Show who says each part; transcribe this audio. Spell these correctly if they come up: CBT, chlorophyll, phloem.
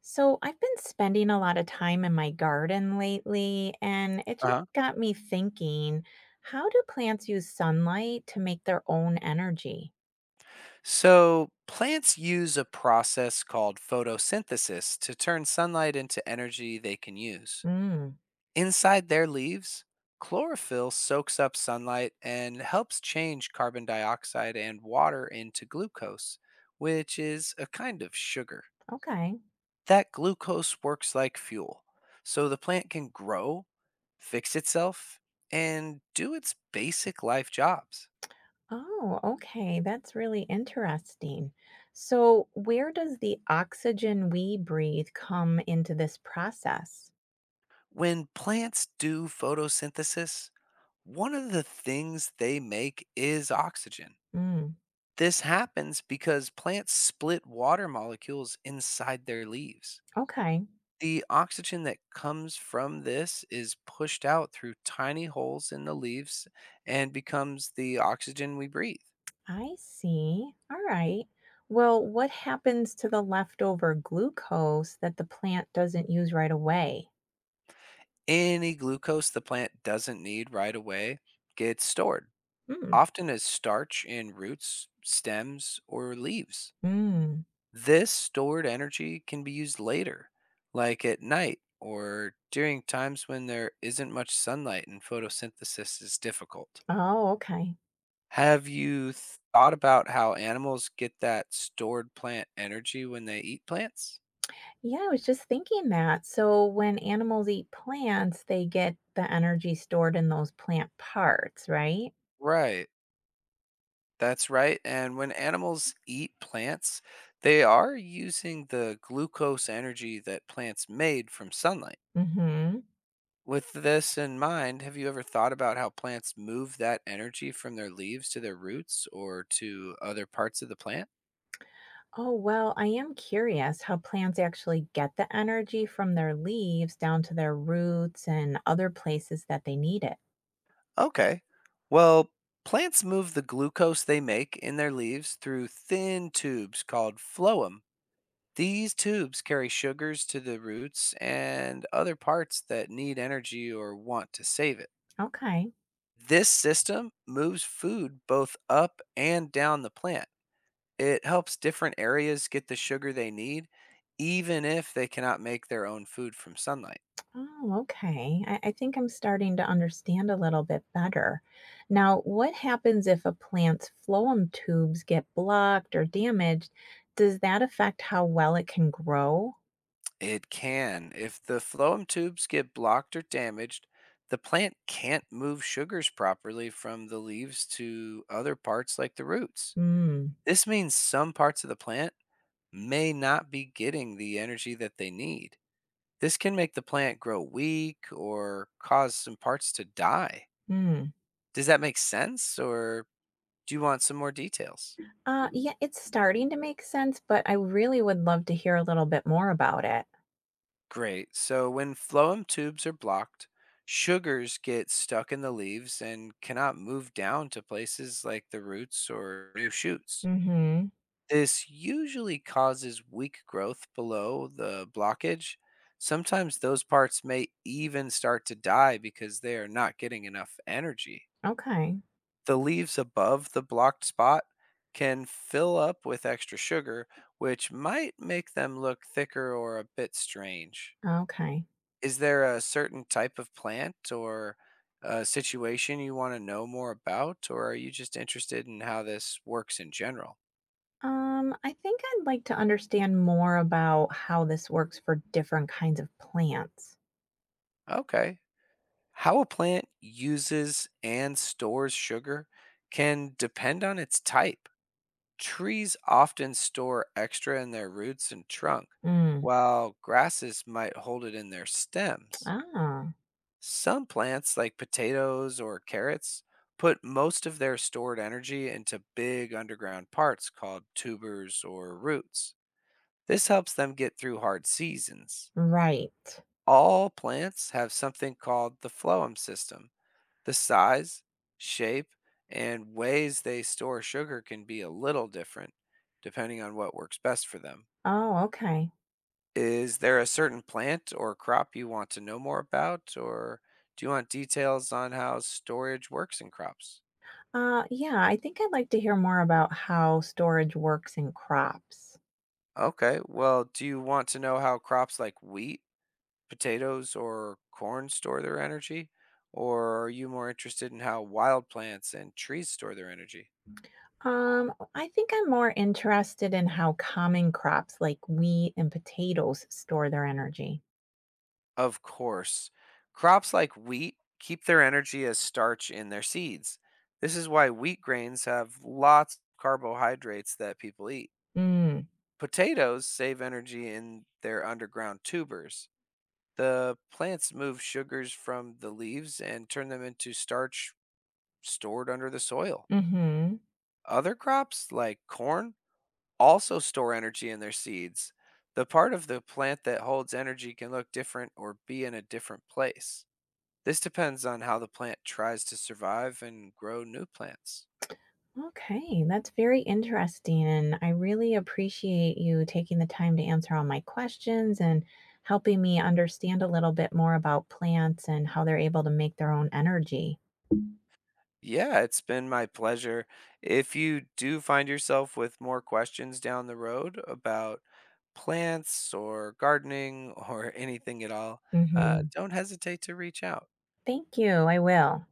Speaker 1: So I've been spending a lot of time in my garden lately, and it just
Speaker 2: Uh-huh.
Speaker 1: got me thinking, how do plants use sunlight to make their own energy?
Speaker 2: So plants use a process called photosynthesis to turn sunlight into energy they can use.
Speaker 1: Mm,
Speaker 2: Inside their leaves, chlorophyll soaks up sunlight and helps change carbon dioxide and water into glucose, which is a kind of sugar.
Speaker 1: okay.
Speaker 2: That glucose works like fuel, so the plant can grow, fix itself, and do its basic life jobs.
Speaker 1: Oh, okay. That's really interesting. So where does the oxygen we breathe come into this process?
Speaker 2: When plants do photosynthesis, one of the things they make is oxygen.
Speaker 1: Mm,
Speaker 2: This happens because plants split water molecules inside their leaves.
Speaker 1: okay.
Speaker 2: The oxygen that comes from this is pushed out through tiny holes in the leaves and becomes the oxygen we breathe.
Speaker 1: I see. All right. Well, what happens to the leftover glucose that the plant doesn't use right away?
Speaker 2: Any glucose the plant doesn't need right away gets stored,
Speaker 1: Hmm.
Speaker 2: often as starch in roots, stems, or leaves.
Speaker 1: Mm.
Speaker 2: This stored energy can be used later, like at night or during times when there isn't much sunlight and photosynthesis is difficult.
Speaker 1: Oh, okay.
Speaker 2: Have you thought about how animals get that stored plant energy when they eat plants?
Speaker 1: Yeah, I was just thinking that. So when animals eat plants, they get the energy stored in those plant parts, right?
Speaker 2: Right, that's right. And when animals eat plants, they are using the glucose energy that plants made from sunlight.
Speaker 1: Mm-hmm.
Speaker 2: With this in mind, have you ever thought about how plants move that energy from their leaves to their roots or to other parts of the plant?
Speaker 1: Oh, well, I am curious how plants actually get the energy from their leaves down to their roots and other places that they need it.
Speaker 2: Okay. Well, plants move the glucose they make in their leaves through thin tubes called phloem. These tubes carry sugars to the roots and other parts that need energy or want to save it.
Speaker 1: Okay.
Speaker 2: This system moves food both up and down the plant. It helps different areas get the sugar they need, even if they cannot make their own food from sunlight.
Speaker 1: Oh, okay. I think I'm starting to understand a little bit better. Now, what happens if a plant's phloem tubes get blocked or damaged? Does that affect how well it can grow?
Speaker 2: It can. If the phloem tubes get blocked or damaged, the plant can't move sugars properly from the leaves to other parts like the roots.
Speaker 1: Hmm.
Speaker 2: This means some parts of the plant may not be getting the energy that they need. This can make the plant grow weak or cause some parts to die.
Speaker 1: Hmm.
Speaker 2: Does that make sense, or do you want some more details?
Speaker 1: Yeah, it's starting to make sense, but I really would love to hear a little bit more about it.
Speaker 2: Great. So when phloem tubes are blocked, sugars get stuck in the leaves and cannot move down to places like the roots or new shoots.
Speaker 1: Mm-hmm.
Speaker 2: This usually causes weak growth below the blockage. Sometimes those parts may even start to die because they are not getting enough energy.
Speaker 1: Okay.
Speaker 2: The leaves above the blocked spot can fill up with extra sugar, which might make them look thicker or a bit strange.
Speaker 1: Okay.
Speaker 2: Is there a certain type of plant or a situation you wanna know more about, or are you just interested in how this works in general?
Speaker 1: I think I'd like to understand more about how this works for different kinds of plants.
Speaker 2: Okay. How a plant uses and stores sugar can depend on its type. Trees often store extra in their roots and trunk,
Speaker 1: Mm.
Speaker 2: while grasses might hold it in their stems.
Speaker 1: Ah.
Speaker 2: Some plants, like potatoes or carrots, put most of their stored energy into big underground parts called tubers or roots. This helps them get through hard seasons.
Speaker 1: Right.
Speaker 2: All plants have something called the phloem system. The size, shape, and ways they store sugar can be a little different depending on what works best for them.
Speaker 1: Oh, okay.
Speaker 2: Is there a certain plant or crop you want to know more about, or do you want details on how storage works in crops?
Speaker 1: Yeah, I think I'd like to hear more about how storage works in crops.
Speaker 2: Okay, well, do you want to know how crops like wheat, potatoes, or corn store their energy? Or are you more interested in how wild plants and trees store their energy?
Speaker 1: I think I'm more interested in how common crops like wheat and potatoes store their energy.
Speaker 2: Of course. Crops like wheat keep their energy as starch in their seeds. This is why wheat grains have lots of carbohydrates that people eat.
Speaker 1: Mm,
Speaker 2: Potatoes save energy in their underground tubers. The plants move sugars from the leaves and turn them into starch stored under the soil.
Speaker 1: mm-hmm.
Speaker 2: Other crops, like corn, also store energy in their seeds. The part of the plant that holds energy can look different or be in a different place. This depends on how the plant tries to survive and grow new plants.
Speaker 1: Okay, that's very interesting. And I really appreciate you taking the time to answer all my questions and helping me understand a little bit more about plants and how they're able to make their own energy.
Speaker 2: Yeah, it's been my pleasure. If you do find yourself with more questions down the road about plants or gardening or anything at all,
Speaker 1: Hmm.
Speaker 2: don't hesitate to reach out.
Speaker 1: Thank you. I will.